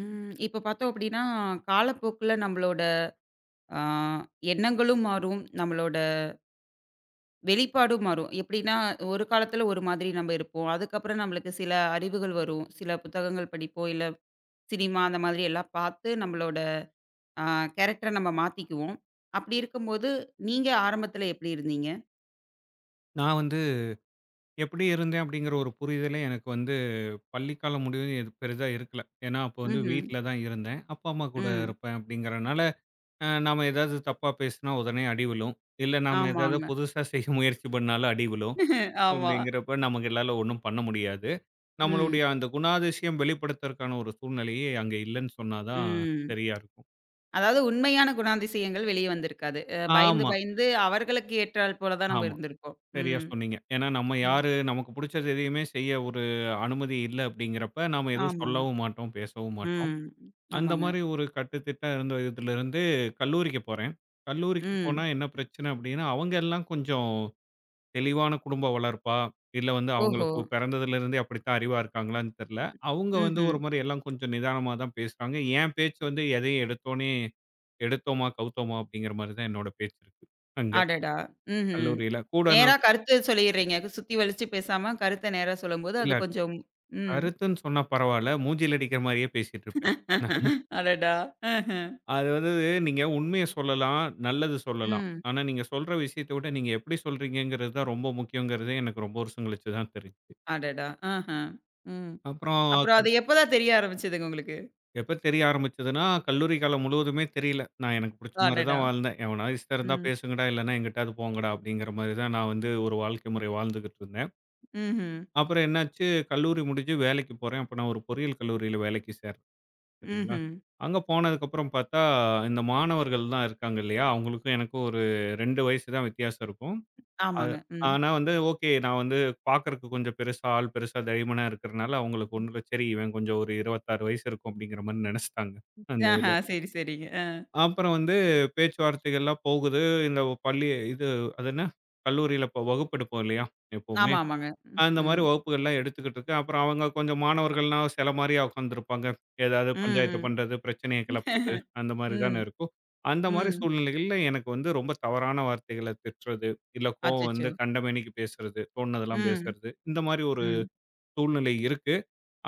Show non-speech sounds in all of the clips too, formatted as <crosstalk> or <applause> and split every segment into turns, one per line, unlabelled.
ம். இப்ப பார்த்தோம் அப்படின்னா, காலப்போக்குல நம்மளோட ஆ எண்ணங்களும் மாறும். நம்மளோட வெளிப்பாடும் மாறும். எப்படின்னா, ஒரு காலத்துல ஒரு மாதிரி நம்ம இருப்போம். அதுக்கப்புறம் நம்மளுக்கு சில அறிவுகள் வரும். சில புத்தகங்கள் படிப்போம், இல்ல சினிமா அந்த மாதிரி எல்லாம் பார்த்து நம்மளோட ஆ கேரக்டர நம்ம மாத்திக்குவோம். அப்படி இருக்கும்போது, நீங்க ஆரம்பத்துல எப்படி இருந்தீங்க?
நான் வந்து எப்படி இருந்தேன் அப்படிங்கிற ஒரு புரிதலே எனக்கு வந்து பள்ளிக்காலம் முடிவு எது பெரிதா இருக்கல. ஏன்னா, அப்போ வந்து
ம்ஹ்ம்.
வீட்ல தான் இருந்தேன். அப்பா, அம்மா கூட
ம்.
இருப்பேன் அப்படிங்கிறனால, நாம ஏதாவது தப்பா பேசினா உடனே அடி விழும். இல்ல நாம ஏதாவது
ஆமாங்க.
புதுசா செய்ய முயற்சி பண்ணாலும் அடி விழும்.
<laughs> ஆமா.
அப்படிங்கிறப்ப நமங்களால ஒண்ணும் பண்ண முடியாது.
ம்.
நம்மளுடைய அந்த குணாதிசயம் வெளிப்படுத்துறதுக்கான ஒரு சூழ்நிலையே அங்க இல்லன்னு சொன்னா தான்
ம்.
சரியா இருக்கும்.
அதாவது உண்மையான குணாதிசயங்கள் வெளிய வந்திருக்காது. பயந்து,
ஆமா,
பயந்து அவர்களுக்கு ஏற்றால் போல தான் நம்ம
ஆமா.
இருந்திருப்போம்.
சரியா
ம்.
சொன்னீங்க. ஏன்னா நம்ம
ம்.
யாரு நமக்கு புடிச்சது எதையுமே செய்ய ஒரு அனுமதி இல்ல அப்படிங்கிறப்ப, நாம எதுவும்
ஆமாங்க.
சொல்லவும் மாட்டோம், பேசவும் மாட்டோம்.
ம்.
அந்த
ஆமாங்க.
மாரி ஒரு கட்டுத்திட்டா இருந்த இதுலருந்து கல்லூரிக்கு போறேன். கல்லூரிக்கு
ம்.
போனா என்ன பிரச்சனை அப்படின்னா, அவங்க எல்லாம் கொஞ்சம் தெளிவான குடும்ப வளர்ப்பா, இல்ல வந்து
ஓஹோ!
அவங்களுக்கு பிறந்ததிலிருந்தே அப்படித்தான் அறிவா இருக்காங்களான்னு தெரியல. அவங்க வந்து
ம்ஹ்ம்.
ஒரு மாரி எல்லாம் கொஞ்சம் நிதானமா தான் பேசுறாங்க. என் பேச்சு வந்து எதையும் எடுத்தோனே எடுத்தோமா, கவுத்தோமா அப்படிங்கிற மாரி தான் என்னோட பேச்சு இருக்கு. அங்க
அடடா! ம்ஹ்ம்.
கல்லூரியில. கூட
நேரா
நான்
கருத்து சொல்லிர்றீங்க. சுத்தி வலிச்சு பேசாம கருத்த நேரா சொல்லும்போது
இல்ல
அது கொஞ்சம் ம்.
கருத்துன்னு சொன்னா பரவால்ல. மூஞ்சில அடிக்கிற மாரியே பேசிட்டு இருப்பேன்.
<laughs> அடடா! ஆஹ.
அது வந்து நீங்க உண்மைய சொல்லலாம், நல்லது சொல்லலாம்.
ம்.
ஆனா நீங்க சொல்ற விஷயத்த விட நீங்க எப்படி சொல்றீங்கங்கிறது தான் ரொம்ப முக்கியங்கிறதே எனக்கு ரொம்ப வருஷம் கழிச்சு தான் தெரிஞ்சுது.
அடடா! ஆஹ. ம்.
அப்புறம்
அப்புறம்
க-
அது எப்பதான் தெரிய ஆரம்பிச்சதுங்க உங்களுக்கு?
எப்ப தெரிய ஆரம்பிச்சதுன்னா, கல்லூரி காலம் முழுவதுமே தெரியல. நான் எனக்கு புடிச்ச மாரி தான்
அடடா!
வாழ்ந்தேன். எவனா இஷ்டம் இருந்தா
ம்.
பேசுங்கடா, இல்லன்னா எங்கிட்டாவது போங்கடா அப்படிங்கிற மாரி தான் நான் வந்து ஒரு வாழ்க்கை முறை வாழ்ந்துகிட்டு இருந்தேன்.
ம்ஹ்ம்.
அப்புறம் என்னாச்சு, கல்லூரி முடிஞ்சு வேலைக்கு போறேன். அப்ப நான் ஒரு பொறியியல் கல்லூரியில வேலைக்கு சேர்றேன். சரிங்களா?
ம்ஹ்ம்.
அங்க போனதுக்கப்புறம் பார்த்தா, இந்த மாணவர்கள் தான் இருக்காங்க இல்லையா? அவங்களுக்கும் எனக்கும் ஒரு 2 வயசு தான் வித்தியாசம் இருக்கும். அது
ஆமாங்க. ம்.
ஆனா வந்து ஓகே. நான் வந்து பார்க்கறக்கு கொஞ்சம் பெருசா, ஆள் பெருசா தைரியமானா இருக்கிறனால, அவங்களுக்கு ஒண்ணுல சரி இவன் கொஞ்சம் ஒரு 26 வயசு இருக்கும் அப்படிங்கிற மாரி நெனச்சுட்டாங்க. அந்த
ஆஹ.
இதுல.
சரி, சரிங்க.
அப்புறம் வந்து பேச்சுவார்த்தைகள்லாம் போகுது. இந்த பள்ளி இது அது என்ன? கல்லூரியில இப்ப வகுப்பு எடுப்போம் இல்லையா? எப்பவுமே.
ஆமா, ஆமாங்க. ம்,
அந்த
ம்,
மாரி வகுப்புகள்லாம் எடுத்துக்கிட்டு இருக்கேன். அப்புறம் அவங்க கொஞ்சம் மாணவர்கள்னா சில மாரியா உட்காந்துருப்பாங்க. ஏதாவது பஞ்சாயத்து
ம்,
பண்றது, பிரச்சனைய கிளப்புறது அந்த மாரி தானே
ம்,
இருக்கும். அந்த மாரி
ம்.
சூழ்நிலைகள்ல எனக்கு வந்து ரொம்ப தவறான வார்த்தைகள திட்டுறது, இல்ல கோவம்
அச்சச்சோ!
வந்து கண்டமேனிக்கு பேசுறது, தோணுனதெல்லாம்
ம்,
பேசுறது, இந்த மாரி ஒரு
ம்,
சூழ்நிலை இருக்கு.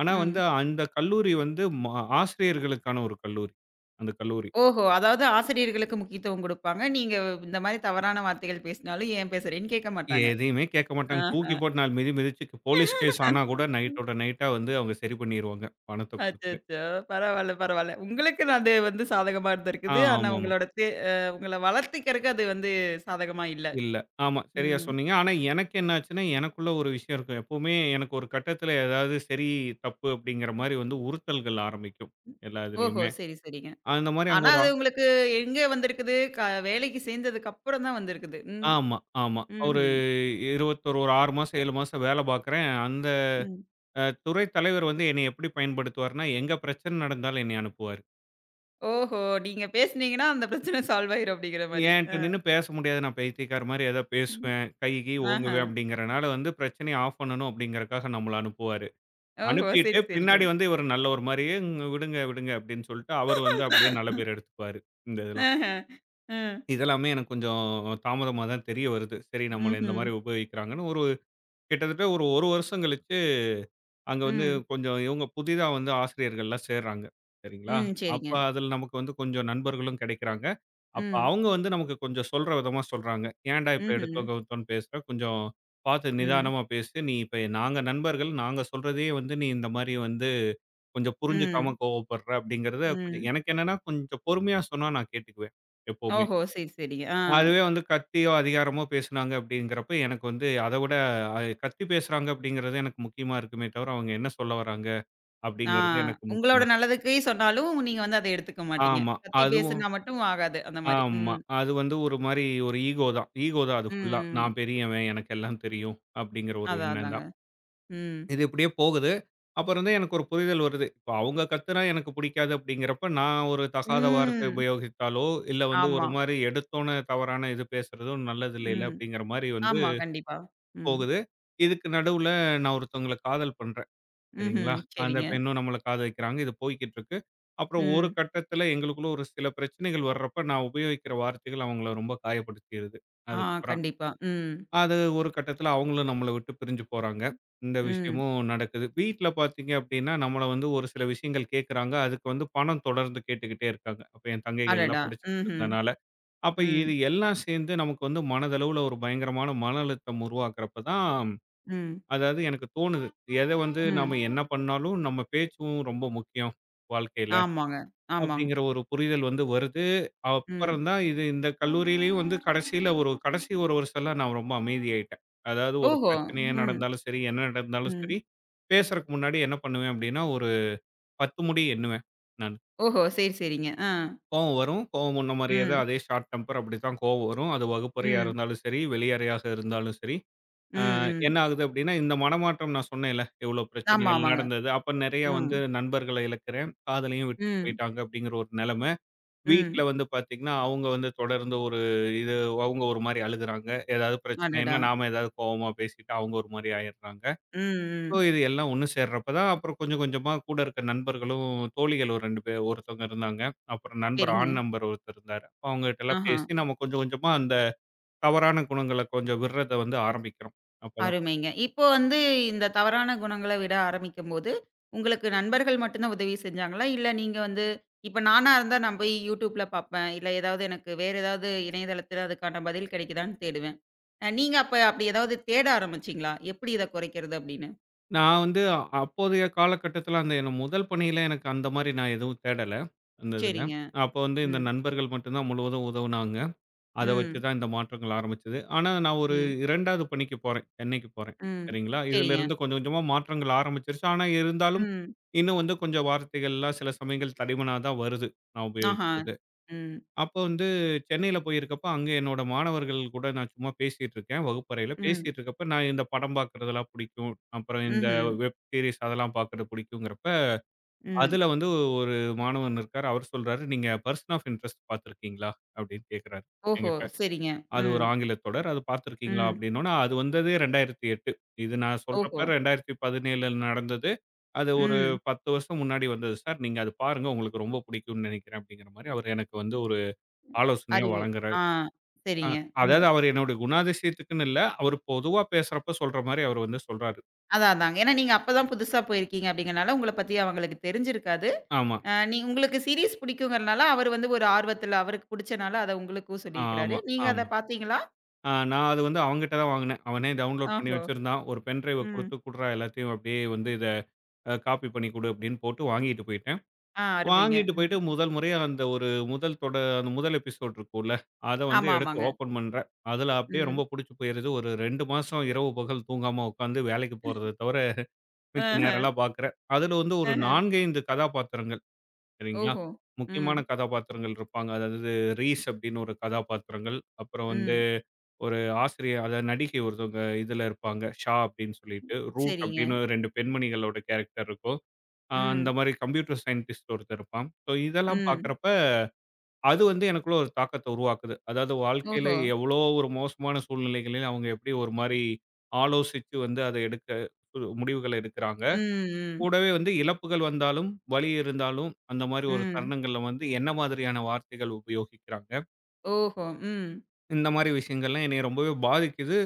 ஆனா வந்து
ம்.
அந்த கல்லூரி வந்து ஆசிரியர்களுக்கான ஒரு கல்லூரி. அந்த கல்லூரி.
ஓஹோ! அதாவது ஆசிரியர்களுக்கு முக்கியத்துவம் குடுப்பாங்க. நீங்க இந்த மாரி தவறான வார்த்தைகள் பேசினாலும், ஏன் பேசுறேன்னு கேட்க மாட்டாங்க.
எதையுமே கேட்க மாட்டாங்க.
ஆஹா.
தூக்கி போட்டு 4 மிதி மிதிச்சு போலீஸ் கேஸ் ஆனா கூட நைட்டோட நைட்டா வந்து அவங்க சரி பண்ணிருவாங்க. பணத்த குடுத்து.
அச்சச்சோ! பரவால்ல, பரவால்ல. உங்களுக்கு நான் அது வந்து சாதகமா
ஆ
இருந்திருக்குது. ஆனா
ஆமாமா.
உங்களோட தே அ உங்கள வளர்த்துக்கிறக்கு அது வந்து சாதகமா இல்ல.
இல்ல. ஆமா. சரியா
ம்.
சொன்னீங்க. ஆனா, எனக்கு என்ன ஆச்சுன்னா, எனக்குள்ள ஒரு விஷயம் இருக்கும். எப்பவுமே எனக்கு ஒரு கட்டத்தில ஏதாவது சரி, தப்பு அப்படிங்கிற மாரி வந்து உறுத்தல்கள் ஆரம்பிக்கும். எல்லா
ஓஹோ!
இதுலயுமே.
சரி, சரிங்க.
அந்த மாரி அங்க
ஆனா
ஒரு
அது உங்களுக்கு எங்க வந்திருக்குது? வேலைக்கு சேர்ந்ததுக்கு அப்புறம் தான் வந்திருக்குது. ம்.
ஆமா, ஆமா. ஒரு
ம்ஹ்ம்.
21 ஒரு 6 மாசம், 7 மாசம் வேலை பார்க்குறேன். அந்த
ம்.
துறை தலைவர் வந்து என்னைய எப்படி பயன்படுத்துவார்ன்னா, எங்க பிரச்சனை நடந்தாலும் என்னைய அனுப்புவாரு.
ஓஹோ! நீங்க பேசுனீங்கன்னா, அந்த பிரச்சனை சால்வ் ஆயிரும் அப்படிங்கிற மாரி.
என்ட்ட
அ.
நின்னு பேச முடியாது. நான் பைத்தியக்கார மாரி ஏதோ
ம்.
பேசுவேன். கை, கிய்
ஆஹ.
ஓங்குவேன் அப்படிங்கிறனால வந்து பிரச்சனைய ஆஃப் பண்ணணும் அப்படிங்கிறக்காக நம்மள அனுப்புவாரு.
ஓஹோ!
அனுப்பிட்டு
சரி, சரிங்க.
பின்னாடி வந்து இவரு நல்லவரு மாரியே, "ம் விடுங்க, விடுங்க" அப்படின்னு சொல்லிட்டு அவரு வந்து அப்படியே நல்ல பேர் எடுத்துக்குவாரு, இந்த இதெல்லாம்.
ஆஹ. அ.
இதெல்லாமே எனக்கு கொஞ்சம் தாமதமா தான் தெரிய வருது. சரி நம்மள இந்த
ம்ஹ்ம்.
மாரி உபயோகிக்கிறாங்கன்னு ஒரு கிட்டத்தட்ட ஒரு 1 வருஷம் கழிச்சு, அங்க வந்து
ம்.
கொஞ்சம் இவங்க புதிதா வந்து ஆசிரியர்கள்லாம் சேர்றாங்க. சரிங்களா?
ம்.
அப்ப
சரிங்க.
அதுல நமக்கு வந்து கொஞ்சம் நண்பர்களும் கிடைக்கிறாங்க. அப்ப
ம்.
அவங்க வந்து நமக்கு கொஞ்சம் சொல்ற விதமா சொல்றாங்க. "ஏன்டா இப்ப
ம்ஹ்ம்.
எடுத்தோம், கவுத்தோம்ன்னு பேசுற? கொஞ்சம் பார்த்து
ம்.
நிதானமா பேசு. நீ இப்ப நாங்க நண்பர்கள். நாங்க சொல்றதையே வந்து நீ இந்த மாரி வந்து கொஞ்சம் புரிஞ்சுக்காம
ம்.
கோவப்படுற அப்படிங்கிறத கொஞ்சம்
ம்.
எனக்கு என்னன்னா கொஞ்சம் பொறுமையா சொன்னா நான் கேட்டுக்குவேன் எப்பவுமே.
ஓஹோ! சரி, சரிங்க. ஆ.
அதுவே வந்து கத்தியோ, அதிகாரமோ பேசுனாங்க அப்படிங்கிறப்ப எனக்கு வந்து அத விட கத்தி பேசுறாங்க அப்படிங்கிறது எனக்கு முக்கியமா இருக்குமே தவிர, அவங்க என்ன சொல்ல வராங்க
ஆ.
அப்படிங்கிறது எனக்கு
உங்களோட
முக்கியமா இருக்கு.
நல்லதுக்கே சொன்னாலும், நீங்க வந்து அத எடுத்துக்க மாட்டீங்க.
ஆமா.
கத்தி
அதுவும்
பேசுனா மட்டும் ஆகாது. அந்த மாரி.
ஆமா.
ம்.
அது வந்து ஒரு மாரி ஒரு ஈகோ தான். ஈகோ தான் அது ஃபுல்லா.
ம்.
நான் பெரியவன், எனக்கு எல்லாம் தெரியும் அப்படிங்கிற ஒரு
அதான்,
எண்ணம்
அதாங்க.
தான்.
ம்.
இது இப்படியே போகுது. அப்புறம் தான் எனக்கு ஒரு புரிதல் வருது. இப்ப அவங்க கத்துனா எனக்கு புடிக்காது அப்படிங்கிறப்ப, நான் ஒரு தகாத வார்த்தை
ம்.
உபயோகித்தாலோ, இல்ல வந்து ஒரு
ஆமா.
மாரி எடுத்தோன தவறான இது பேசுறதோ நல்லது இல்லைல
ம்.
அப்படிங்கிற மாரி வந்து
ஆமா. கண்டிப்பா. ம்.
போகுது. இதுக்கு நடுவுல நான் ஒருத்தவங்கள காதல் பண்றேன். சரிங்களா?
ம்ஹ்ம்.
அந்த
சரிங்க.
பெண்ணும் நம்மள காதலிக்கிறாங்க. இது போய்க்கிட்டு இருக்கு. அப்புறம் ஒரு
ம்.
கட்டத்துல எங்களுக்குள்ள ஒரு சில பிரச்சனைகள் வர்றப்ப, நான் உபயோகிக்கிற வார்த்தைகள் அவங்கள ரொம்ப காயப்படுத்திருது.
ஆ
அதுக்கப்புறம்.
கண்டிப்பா. ம்.
அது ஒரு கட்டத்துல அவங்களும் நம்மள விட்டு பிரிஞ்சு போறாங்க. இந்த
ம்.
விஷயமும் நடக்குது. வீட்ல பார்த்தீங்க அப்டின்னா, நம்மள வந்து ஒரு சில விஷயங்கள் கேட்கறாங்க. அதுக்கு வந்து பணம் தொடர்ந்து கேட்டுக்கிட்டே இருக்காங்க. அப்ப என் தங்கைகள்லாம்
அடடா!
படிச்சுட்டு
ம்ஹ்ம்.
இருந்தனால. அப்ப
ம்.
இது எல்லாம் சேர்ந்து நமக்கு வந்து மனதளவுல ஒரு பயங்கரமான மன அழுத்தம் உருவாக்குறப்ப தான்,
ம்.
அதாவது எனக்கு தோணுது. எத வந்து
ம்.
நாம என்ன பண்ணாலும் நம்ம பேச்சும் ரொம்ப முக்கியம் வாழ்க்கையில.
ஆமாங்க. ஆமாங்க.
அப்படிங்கிற ஒரு புரிதல் வந்து வருது.
ம்.
அப்புறம் தான் இது இந்த கல்லூரியிலயும் வந்து கடைசியில ஒரு கடைசி ஒரு வருஷம்லாம் நான் ரொம்ப அமைதியாயிட்டேன். அதாவது ஒரு
ஓஹோ!
பிரச்சனையே
ம்.
நடந்தாலும் சரி, என்ன நடந்தாலும்
ம்.
சரி, பேசுறக்கு முன்னாடி என்ன பண்ணுவேன் அப்படின்னா, ஒரு 10 முடி எண்ணுவேன் நானு.
ஓஹோ! சரி, சரிங்க. ஆ.
கோவம் வரும். கோவம் முன்ன மாரியே தான்
ம்.
அதே ஷார்ட் டெம்பர் அப்படித்தான் கோவம் வரும். அது வகுப்பறையா
ம்.
இருந்தாலும் சரி, வெளியறையாக இருந்தாலும் சரி.
ம்.
அ என்ன
ம்.
ஆகுது அப்படின்னா, இந்த மனமாற்றம் நான் சொன்னேன்ல, எவ்வளோ
ஆமா,
பிரச்சனைகள்
ஆமாங்க.
நடந்தது. அப்ப நெறைய
ம்.
வந்து நண்பர்கள இழக்கிறேன். காதலையும் விட்டுட்டு
ம்.
போயிட்டாங்க அப்படிங்கிற ஒரு நெலைம. வீட்ல
ம்.
வந்து பார்த்தீங்கன்னா, அவங்க வந்து தொடர்ந்து ஒரு இது அவங்க ஒரு மாரி அழுகுறாங்க. ஏதாவது
அடடா!
பிரச்சனைன்னா, நாம ஏதாவது கோவமா பேசிட்டு அவங்க ஒரு மாரி ஆயிடுறாங்க.
ம்.
ஸோ
ம்.
இது எல்லாம் ஒண்ணு சேர்றப்ப தான் அப்புறம் கொஞ்சம் கொஞ்சமா கூட இருக்க நண்பர்களும், தோழிகள் ஒரு 2 பேர் ஒருத்தவங்க இருந்தாங்க. அப்புறம் நண்பர்
சரிங்க.
ஆண் நண்பர் ஒருத்தர் இருந்தாரு. அவங்ககிட்டலாம்
ஆஹா.
பேசி நம்ம கொஞ்சம் கொஞ்சமா அந்த தவறான குணங்கள கொஞ்சம் விடுறத வந்து ஆரம்பிக்கிறோம். அப்பதான்.
அருமைங்க. இப்போ வந்து இந்த தவறான குணங்கள விட ஆரம்பிக்கும்போது, உங்களுக்கு நண்பர்கள் மட்டும் தான் உதவி செஞ்சாங்களா? இல்ல நீங்க வந்து இப்ப நானா இருந்தா நான் போய் YouTubeல பாப்பேன். இல்ல ஏதாவது எனக்கு வேற ஏதாவது இணையதளத்தில அதுக்கான பதில் கிடைக்குதான்னு தேடுவேன். நீங்க அப்ப அப்படி ஏதாவது தேட ஆரம்பிச்சீங்களா? எப்படி இத குறைக்கிறது அப்படின்னு?
நான் வந்து அப்போதைய காலகட்டத்தில அந்த என் முதல் பணியில எனக்கு அந்த மாரி நான் எதுவும் தேடல, அந்த இதுல.
சரிங்க.
அப்போ வந்து இந்த
ம்.
நண்பர்கள் மட்டும் தான் முழுவதும் உதவுனாங்க. அத வச்சு
ம்.
தான் இந்த மாற்றங்கள் ஆரம்பிச்சது. ஆனா, நான் ஒரு
ம்.
2வது பணிக்கு போறேன். சென்னைக்கு போறேன்.
ம்.
சரிங்களா?
சரிங்க.
இதிலிருந்து கொஞ்சம் கொஞ்சமா மாற்றங்கள் ஆரம்பிச்சிருச்சு. ஆனா, இருந்தாலும்
ம்.
இன்னும் வந்து கொஞ்சம் வார்த்தைகள்லாம் சில சமயங்கள் தடிமனா தான் வருது, நான்
ஆஹா.
உபயோகிக்கிறது.
ம்.
அப்போ வந்து சென்னையில போயிருக்கப்ப, அங்க என்னோட மாணவர்கள் கூட நான் சும்மா பேசிட்டு இருக்கேன் வகுப்பறையில.
ம்.
பேசிட்டு இருக்கப்ப, நான் இந்த படம் பார்க்கிறதெல்லாம் பிடிக்கும். அப்புறம் இந்த
ம்ஹ்ம்.
வெப் சீரிஸ் அதெல்லாம் பார்க்கிறது பிடிக்குங்கிறப்ப,
ம்.
அதில வந்து ஒரு மாணவன் இருக்காரு. அவர் சொல்றாரு, "நீங்க பர்சன் ஆஃப் இன்ட்ரெஸ்ட் பார்த்திருக்கீங்களா?" அப்படின்னு கேட்கிறாரு
ஓஹோ!
என்கிட்ட.
சரிங்க.
அது ஒரு
ம்.
ஆங்கில தொடர். அது பார்த்திருக்கீங்களா?
ம்.
அப்படின்னோன, அது வந்ததே 2008. இது நான்
ஓஹோ!
சொல்றப்ப 2017 நடந்தது. அது ஒரு
ம்.
10 வருஷம் முன்னாடி வந்தது சார். நீங்க அது பாருங்க. உங்களுக்கு ரொம்ப பிடிக்கும்னு நெனைக்கிறேன் அப்படிங்கிற மாரி அவரு எனக்கு வந்து ஒரு ஆலோசனையா
அறிவு.
வழங்குறாரு.
ஆ
அ
சரிங்க. ம்.
அதாவது அவரு என்னுடைய குணாதிசயத்துக்குன்னு இல்ல. அவரு பொதுவா பேசுறப்ப சொல்ற மாரி அவரு வந்து சொல்றாரு.
அதான், அதாங்க. ஏன்னா நீங்க அப்பதான் புதுசா போயிருக்கீங்க அப்படிங்கிறனால உங்கள பத்தி அவங்களுக்கு தெரிஞ்சிருக்காது.
ஆமா,
நீ உங்களுக்கு சீரிஸ் பிடிக்குங்கிறனால அவரு வந்து ஒரு ஆர்வத்துல அவருக்கு புடிச்சனால அத உங்களுக்கும் சொல்லியிருக்கிறாரு.
ஆமா,
நீங்க அத
ஆமா.
பார்த்தீங்களா?
அ நான் அது வந்து அவன்கிட்ட தான் வாங்குனேன். அவனே டவுன்லோட் பண்ணி
ஓஹோ!
வச்சிருந்தான். ஒரு பென் டிரைவ
ம்.
குடுத்து, "குடுறா எல்லாத்தையும் அப்படியே வந்து இத காப்பி பண்ணி குடு" அப்படின்னு போட்டு வாங்கிட்டு போயிட்டேன்.
ஆ அருமைங்க.
வாங்கிட்டு
ம்.
போயிட்டு முதல் முறையா அந்த ஒரு முதல் தொட அந்த முதல் எபிசோட் இருக்கும்ல, அத வந்து
ஆமா,
எடுத்து
ஆமாங்க.
ஓப்பன் பண்றேன். அதுல அப்படியே
ம்.
ரொம்ப புடிச்சு போயிருது. ஒரு 2 மாசம் இரவு பகல் தூங்காம உட்காந்து வேலைக்கு போறத தவிர, மிச்ச
அஹ,
நேரம்லாம் பார்க்குறேன். அதுல வந்து ஒரு
அஹ.
4, 5 கதாபாத்திரங்கள் சரிங்களா?
ஓஹோ! ம்,
முக்கியமான கதாபாத்திரங்கள் இருப்பாங்க. அதாவது ரீஸ் அப்படின்னு ஒரு கதாபாத்திரங்கள். அப்புறம் வந்து
ம்.
ஒரு ஆசிரியர் அதாவது நடிகை ஒருத்தவங்க இதுல இருப்பாங்க. ஷா அப்படின்னு சொல்லிட்டு, ரூட்
சரிங்க.
அப்படின்னு 2 பெண்மணிகளோட கேரக்டர் இருக்கும். அந்த
ம்,
மாரி கம்ப்யூட்டர் சயின்டிஸ்ட் ஒருத்தன் இருப்பான். ஸோ இதெல்லாம்
ம்.
பார்க்குறப்ப, அது வந்து எனக்குள்ள ஒரு தாக்கத்த உருவாக்குது. அதாவது வாழ்க்கையில
ஓஹோ!
எவ்வளோ ஒரு மோசமான சூழ்நிலைகளில் அவங்க எப்படி ஒரு மாரி ஆலோசிச்சு வந்து அத எடுக்க ஒரு முடிவுகள எடுக்குறாங்க.
ம், ம்,
கூடவே வந்து இழப்புகள் வந்தாலும், வலி இருந்தாலும், அந்த மாரி ஒரு
ம்.
தருணங்கள்ல வந்து என்ன மாதிரியான வார்த்தைகள் உபயோகிக்கிறாங்க.
ஓஹோ! ம்,
இந்த மாரி விஷயங்கள்லாம் என்னைய ரொம்பவே பாதிக்குது.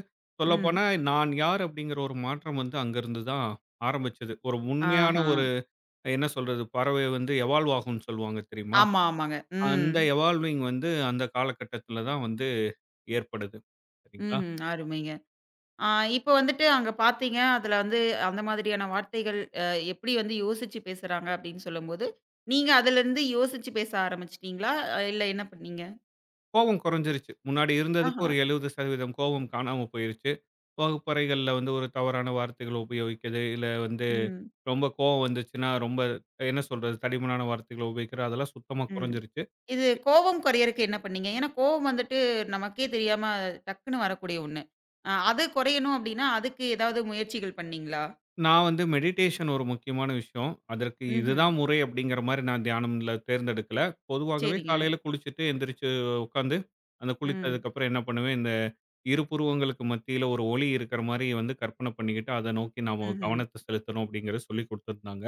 ம்.
சொல்லப்போனா நான் யார் அப்படிங்கிற ஒரு மாற்றம் வந்து அங்கருந்து தான் ஆரம்பிச்சது. ஒரு உண்மையான
ஆஹா.
ஒரு என்ன சொல்றது? பறவை வந்து எவால்வ் ஆகும்னு சொல்லுவாங்க தெரியுமா?
ஆமா, ஆமாங்க. ம்.
அந்த எவால்விங் வந்து அந்த காலகட்டத்தில தான் வந்து ஏற்படுது. சரிங்களா?
ம்ஹ்ம். அருமைங்க. ஆ இப்ப வந்துட்டு அங்க பார்த்தீங்க, அதுல வந்து அந்த மாதிரியான வார்த்தைகள் எப்படி வந்து யோசிச்சு பேசுறாங்க அப்படின்னு சொல்லும்போது, நீங்க அதுலருந்து யோசிச்சு பேச ஆரம்பிச்சுட்டீங்களா? இல்ல என்ன பண்ணீங்க?
கோவம் குறைஞ்சிருச்சு. முன்னாடி இருந்ததுக்கு
ஆஹா.
ஒரு 70% கோவம் காணாம போயிருச்சு. வகுப்பறைகள்ல வந்து ஒரு தவறான வார்த்தைகள உபயோகிக்கிறது, இல்ல வந்து
ம்.
ரொம்ப கோவம் வந்துச்சுன்னா, ரொம்ப என்ன சொல்றது தடிமனான வார்த்தைகள உபயோகிக்கிறது அதெல்லாம் சுத்தமா
ம்.
குறைஞ்சிருச்சு.
இது கோவம் குறையறக்கு என்ன பண்ணீங்க? ஏன்னா கோவம் வந்துட்டு நமக்கே தெரியாம டக்குன்னு வரக்கூடிய ஒண்ணு. அது குறையணும் அப்படின்னா, அதுக்கு ஏதாவது முயற்சிகள் பண்ணீங்களா?
நான் வந்து மெடிடேஷன் ஒரு முக்கியமான விஷயம். அதற்கு
ம்ஹ்ம்.
இதுதான் முறை அப்படிங்கிற மாரி நான் தியானம்ல தேர்ந்தெடுக்கல. பொதுவாகவே
சரிங்க.
காலையில குளிச்சுட்டு எந்திரிச்சு உட்காந்து, அந்த
ம்.
குளித்ததுக்கப்புறம் என்ன பண்ணுவேன், இந்த இரு புருவங்களுக்கு மத்தியில ஒரு ஒளி இருக்கிற மாரி வந்து கற்பனை பண்ணிக்கிட்டு, அத நோக்கி நாம
ம்ஹ்ம்.
கவனத்த செலுத்தணும் அப்படிங்கிறத சொல்லிக் குடுத்துருந்தாங்க.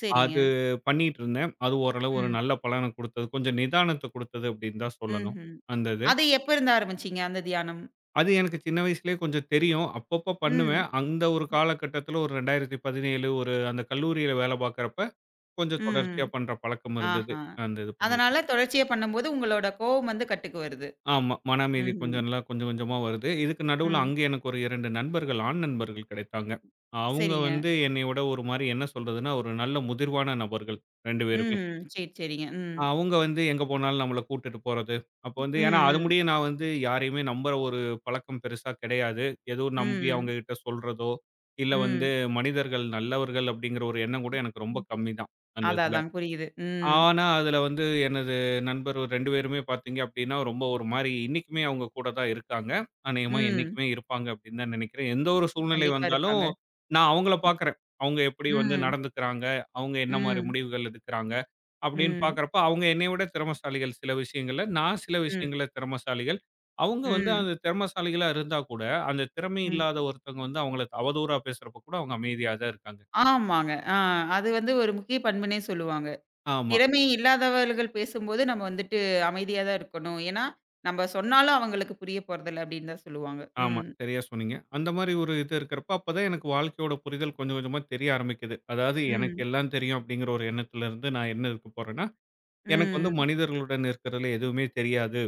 சரிங்க.
அது பண்ணிட்டு இருந்தேன். அது ஓரளவு ஒரு
ம்.
நல்ல பலன குடுத்தது. கொஞ்சம் நிதானத்த குடுத்தது அப்படின்னு தான் சொல்லணும்.
ம்ஹ்ம்.
அந்த இது.
அது எப்ப இருந்து ஆரம்பிச்சீங்க அந்த தியானம்?
அது எனக்கு சின்ன வயசுலயே கொஞ்சம் தெரியும். அப்பப்ப பண்ணுவேன்.
ம்.
அந்த ஒரு காலகட்டத்தில ஒரு 2017 ஒரு அந்த கல்லூரியில வேலை பார்க்கிறப்ப, கொஞ்சம்
ம்.
தொடர்ச்சியா பண்ற பழக்கம் இருந்தது.
ஆஹா!
அந்த இது பண்ணிக்கிட்டு.
அதனால தொடர்ச்சியா பண்ணும்போது உங்களோட கோவம் வந்து கட்டுக்கு வருது.
ஆமா. மன அமைதி
ம்ஹ்ம்.
கொஞ்சம் நல்லா கொஞ்சம் கொஞ்சமா வருது. இதுக்கு நடுவுல
ம்.
அங்க எனக்கு ஒரு 2 நண்பர்கள், ஆண் நண்பர்கள் கிடைத்தாங்க. அவங்க
சரிங்க.
வந்து என்னைய விட ஒரு மாரி என்ன சொல்றதுன்னா, ஒரு நல்ல முதிர்வான நபர்கள் 2 பேருமே.
ம்ஹ்ம். சரி, சரிங்க. ம்.
அவங்க வந்து எங்க போனாலும் நம்மள கூட்டுட்டு போறது. அப்போ
ம்,
வந்து ஏன்னா, அது
ம்.
முடிய நான் வந்து யாரையுமே நம்புற ஒரு பழக்கம் பெருசா கிடையாது. எதுவும் நம்பி அவங்க
ம்,
கிட்ட சொல்றதோ, இல்ல வந்து
ம்.
மனிதர்கள் நல்லவர்கள் அப்படிங்கிற ஒரு எண்ணம் கூட எனக்கு ரொம்ப கம்மி தான். அந்த
அதான்,
இதுல.
அதான் புரியுது. ம்.
ஆனா, அதுல வந்து எனது நண்பர் ஒரு 2 பேருமே பாத்தீங்க அப்டின்னா, ரொம்ப ஒரு மாரி இன்னைக்குமே அவங்க கூட தான் இருக்காங்க. அநேகமா
ம்.
என்னைக்குமே இருப்பாங்க அப்டின்னு தான் நெனைக்கிறேன். எந்த ஒரு சூழ்நிலை
கண்டிப்பா
வந்தாலும்,
இருப்பாங்க.
நான் அவங்கள பாக்குறேன். அவங்க எப்படி வந்து
ம்.
நடந்துக்கிறாங்க, அவங்க என்ன மாரி
ம்.
முடிவுகள் எடுக்குறாங்க அப்டின்னு
ம்.
பாக்குறப்ப, அவங்க என்னைய விட திறமைசாலிகள் சில விஷயங்கள்ல. நான் சில
ம்.
விஷயங்கள்ல திறமைசாலிகள். அவங்க வந்து
ம்.
அந்த திறமைசாலிகளா இருந்தா கூட, அந்த திறமை
ம்.
இல்லாத ஒருத்தவங்க வந்து அவங்கள அவதூறா பேசுறப்ப கூட அவங்க அமைதியா தான் இருக்காங்க.
ஆமாங்க. ஆ அது வந்து ஒரு முக்கிய பண்புன்னே சொல்லுவாங்க.
ஆமா.
திறமை இல்லாதவர்கள் பேசும்போது நம்ம வந்துட்டு அமைதியா தான் இருக்கணும். ஏன்னா, நம்ம சொன்னாலும் அவங்களுக்கு புரிய போறதில்ல அப்டின்னு தான் சொல்லுவாங்க.
ஆமா.
ம்.
சரியா சொன்னீங்க. அந்த மாரி ஒரு இது இருக்கிறப்ப, அப்பதான் எனக்கு வாழ்க்கையோட புரிதல் கொஞ்சம் கொஞ்சமா தெரிய ஆரம்பிக்குது. அதாவது எனக்கு
ம்.
எல்லாம் தெரியும் அப்படிங்கிற ஒரு எண்ணத்துல இருந்து நான் என்ன இருக்க போறேன்னா, எனக்கு வந்து
ம்.
மனிதர்களுடன் இருக்கிறதுல எதுவுமே தெரியாது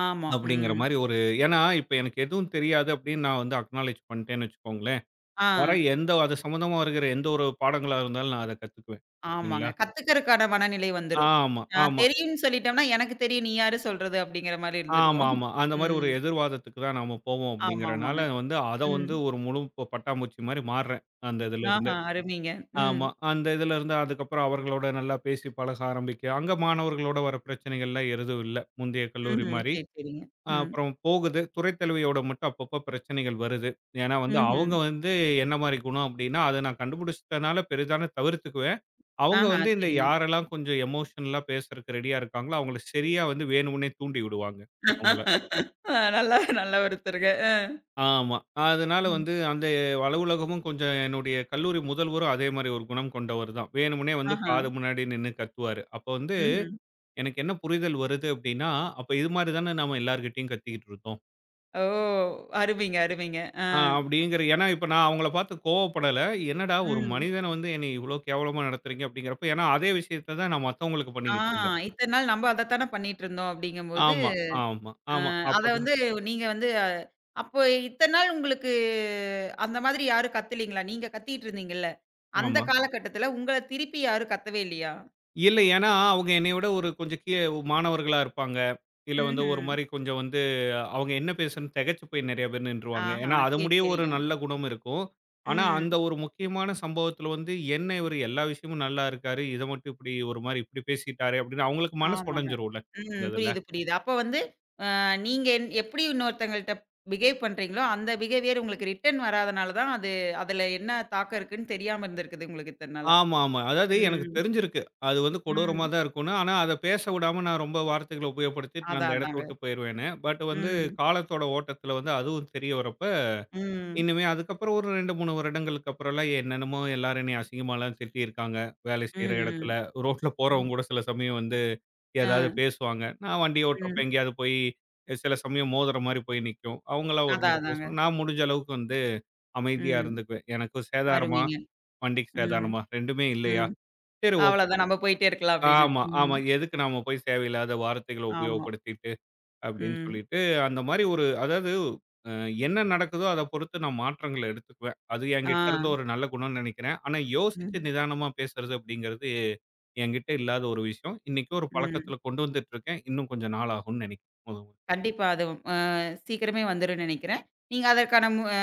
ஆமா.
அப்படிங்கிற
ம்.
மாரி ஒரு ஏன்னா இப்ப எனக்கு எதுவும் தெரியாது அப்படின்னு நான் வந்து அக்னாலேட்ஜ் பண்ணிட்டேன்னு வச்சுக்கோங்களேன்.
ஆ.
வர எந்த அது சம்மந்தமா வருகிற எந்த ஒரு பாடங்களா இருந்தாலும் நான் அத கத்துக்குவேன்.
ஆமாங்க.
இல்லைங்களா?
கத்துக்கிறதுக்கான மனநிலை வந்துரும்.
ஆமா,
ஆ
ஆமா,
தெரியும்னு சொல்லிட்டோம்னா, "எனக்கு தெரியும். நீ யாரு சொல்றது?" அப்படிங்கிற மாரி இருந்துருவோம்.
ஆமாமா. அந்த மாரி ஒரு
ம்.
எதிர்வாதத்துக்கு தான் நாம போவோம்
ஆமா, ஆமாங்க.
அப்படிங்கிறனால வந்து அத
ம்.
வந்து ஒரு முழு பட்டாம்பூச்சி மாரி மாறுறேன். அந்த இதுல இருந்து.
ஆஹா, அருமைங்க. ம்.
ஆமா. அந்த இதுல இருந்து அதுக்கப்புறம் அவர்களோட நல்லா பேசி பழக ஆரம்பிக்க, அங்க மாணவர்களோட வர பிரச்சனைகள்லாம் எதுவும் இல்ல. முந்தைய கல்லூரி
ம்ஹ்ம்.
மாரி.
சரி, சரிங்க. ம்.
அப்புறம் போகுது. துறை தலைவியோட மட்டும் அப்பப்போ பிரச்சனைகள் வருது. ஏன்னா வந்து அவங்க
ம்ஹ்ம்.
வந்து என்ன மாரி குணம் அப்டின்னா, அத நான் கண்டுபிடிச்சிட்டனால பெரிதான தவிர்த்துக்குவேன். அவங்க
ஆஹா,
வந்து இந்த
சரிங்க.
யாரெல்லாம் கொஞ்சம் எமோஷனலா பேசுறதுக்கு ரெடியா இருக்காங்களோ, அவங்கள சரியா வந்து வேணும்னே தூண்டி விடுவாங்க. அவங்கள.
ஆ நல்லா நல்ல ஒருத்தருங்க. அ.
ஆமா. அதனால
ம்.
வந்து அந்த அலுவலகமும் கொஞ்சம் என்னுடைய கல்லூரி முதல்வரும் அதே மாரி ஒரு குணம் கொண்டவர் தான். வேணும்னே வந்து
ஆஹா.
காது முன்னாடி நின்னு கத்துவாரு. அப்ப வந்து
ம்ஹ்ம்.
எனக்கு என்ன புரிதல் வருது அப்டின்னா, அப்ப இது மாரி தானே நாம எல்லார்கிட்டயும் கத்திக்கிட்டு இருந்தோம்.
ஓ! அருமைங்க, அருமைங்க. ஆ.
ஆ அப்டிங்கிற ஏன்னா இப்ப நான் அவங்கள பார்த்து கோவப்படல. என்னடா ஒரு
ம்.
மனிதன வந்து என்னைய இவ்ளோ கேவலமா நடத்துறீங்க அப்டிங்கிறப்ப ஏன்னா அதே விஷயத்த தான் நான் மத்தவங்களுக்கு
ஆ
பண்ணிக்கிட்டு இருந்தேன்.
இத்தன நாள் நம்ம அதத்தானே பண்ணிட்டு இருந்தோம் அப்படிங்கும்போது,
ஆமா, ஆமா,
அ
ஆமா.
அத
அப்பதான்
வந்து நீங்க வந்து அப்போ இத்தன நாள் உங்களுக்கு அந்த மாதிரி யாரும் கத்தலீங்களா? நீங்க கத்திட்டு இருந்தீங்கல்ல. அந்த
ஆமா.
காலகட்டத்துல உங்கள திருப்பி யாரும் கத்தவே இல்லையா?
இல்ல. ஏன்னா, அவங்க என்னைய விட ஒரு கொஞ்சம் கீழ மாணவர்களா இருப்பாங்க. இல்ல வந்து ஒரு
ம்ஹ்ம்.
மாரி கொஞ்சம் வந்து அவங்க என்ன பேசணும்னு திகைச்சு போய் நெறைய பேர் நின்றுவாங்க.
ஆஹா.
ஏன்னா, அது
சரி,
முடிய ஒரு
சரிங்க.
நல்ல குணம் இருக்கும். ஆனா, அந்த
ம்.
ஒரு முக்கியமான சம்பவத்துல வந்து, என்ன இவரு எல்லா விஷயமும் நல்லா இருக்காரு. இத மட்டும் இப்டி ஒரு மாரி இப்டி பேசிட்டாரே அப்டின்னு அவங்களுக்கு மனசு
ஆமாங்க.
உடைஞ்சிரும்ல இந்த
ம்.
இதுல.
புரியுது, புரியுது. அப்ப வந்து நீங்க எப்படி இன்னொருத்தங்கள்ட்ட பிஹேவ் பண்றீங்களோ, அந்த பிஹேவியர் உங்களுக்கு ரிட்டர்ன் வராதனால தான் அது அதுல என்ன தாக்கம் இருக்குன்னு தெரியாம இருந்திருக்குது உங்களுக்கு இத்தன நாளா.
ஆமா, ஆமா. அதாவது எனக்கு
ம்.
தெரிஞ்சிருக்கு. அது வந்து கொடூரமா
ம்.
தான் இருக்கும்னு. ஆனா, அத பேச விடாம நான் ரொம்ப வார்த்தைகள உபயோகப்படுத்தி நான் அந்த
அதான்,
இடத்த
அதாங்க.
விட்டு போயிருவேன்னு. பட் வந்து
ம்.
காலத்தோட ஓட்டத்துல வந்து அதுவும் தெரிய வரப்ப
ம்.
இனிமே அதுக்கப்புறம் ஒரு 2, 3 வருடங்களுக்கு அப்புறம்லாம் என்னென்னமோ எல்லாரும் என்னைய அசிங்கமாலாம் திட்டியிருக்காங்க. வேலை
ம்,
செய்ற
ம்.
இடத்துல, ரோட்ல
ம்.
போறவங்க கூட சில சமயம் வந்து
அ.
ஏதாவது பேசுவாங்க. நான் வண்டி ஓட்டுறப்ப
ம்.
எங்கேயாவது போய் சில சமயம் மோதுற மாரி போய் நிக்கும். அவங்கலாம் ஒரு
அதான்,
முறை
அதாங்க.
பேசுவாங்க. நான் முடிஞ்ச அளவுக்கு வந்து அமைதியா
ம்.
இருந்துக்குவேன். எனக்கும் சேதாரமா?
அருமைங்க.
வண்டிக்கு
ம்,
சேதாரமா? 2மே இல்லையா?
ம்.
சரி ஓகே.
அவ்வளதான் நம்ம போயிட்டே இருக்கலாம் அப்படின்னு.
ஆமா,
ம்.
ஆமா. எதுக்கு நாம போய் தேவையில்லாத வார்த்தைகள
ஆமா.
உபயோகப்படுத்திட்டு அப்படின்னு
ம்.
சொல்லிட்டு, அந்த மாரி ஒரு அதாவது அ என்ன நடக்குதோ அத பொறுத்து நான் மாற்றங்கள எடுத்துக்குவேன். அது
ஆ.
என்கிட்ட இருந்த ஒரு நல்ல குணம்னு நெனைக்கிறேன். ஆனா யோசிச்சு
ம்,
நிதானமா பேசுறது அப்படிங்கிறது என்கிட்ட இல்லாத ஒரு விஷயம். இன்னைக்கு ஒரு
ம்.
பழக்கத்துல கொண்டு வந்துட்டு இருக்கேன். இன்னும் கொஞ்சம் நாள் ஆகும்னு நெனைக்கிறேன்.
கண்டிப்பா அது அ சீக்கிரமே வந்துரும்னு நெனைக்கிறேன். நீங்க அதற்கான மு அ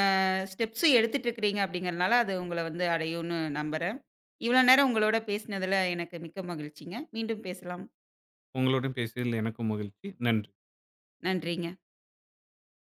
ஸ்டெப்ஸும் எடுத்துட்டு இருக்கிறீங்க அப்படிங்கிறனால, அது உங்கள வந்து அடையும்னு நம்புறேன். இவ்வளோ நேரம் உங்களோட பேசினதுல எனக்கு மிக்க மகிழ்ச்சிங்க. மீண்டும் பேசலாம்.
உங்களுடன் பேசியதில் எனக்கும் மகிழ்ச்சி. நன்றி.
நன்றிங்க.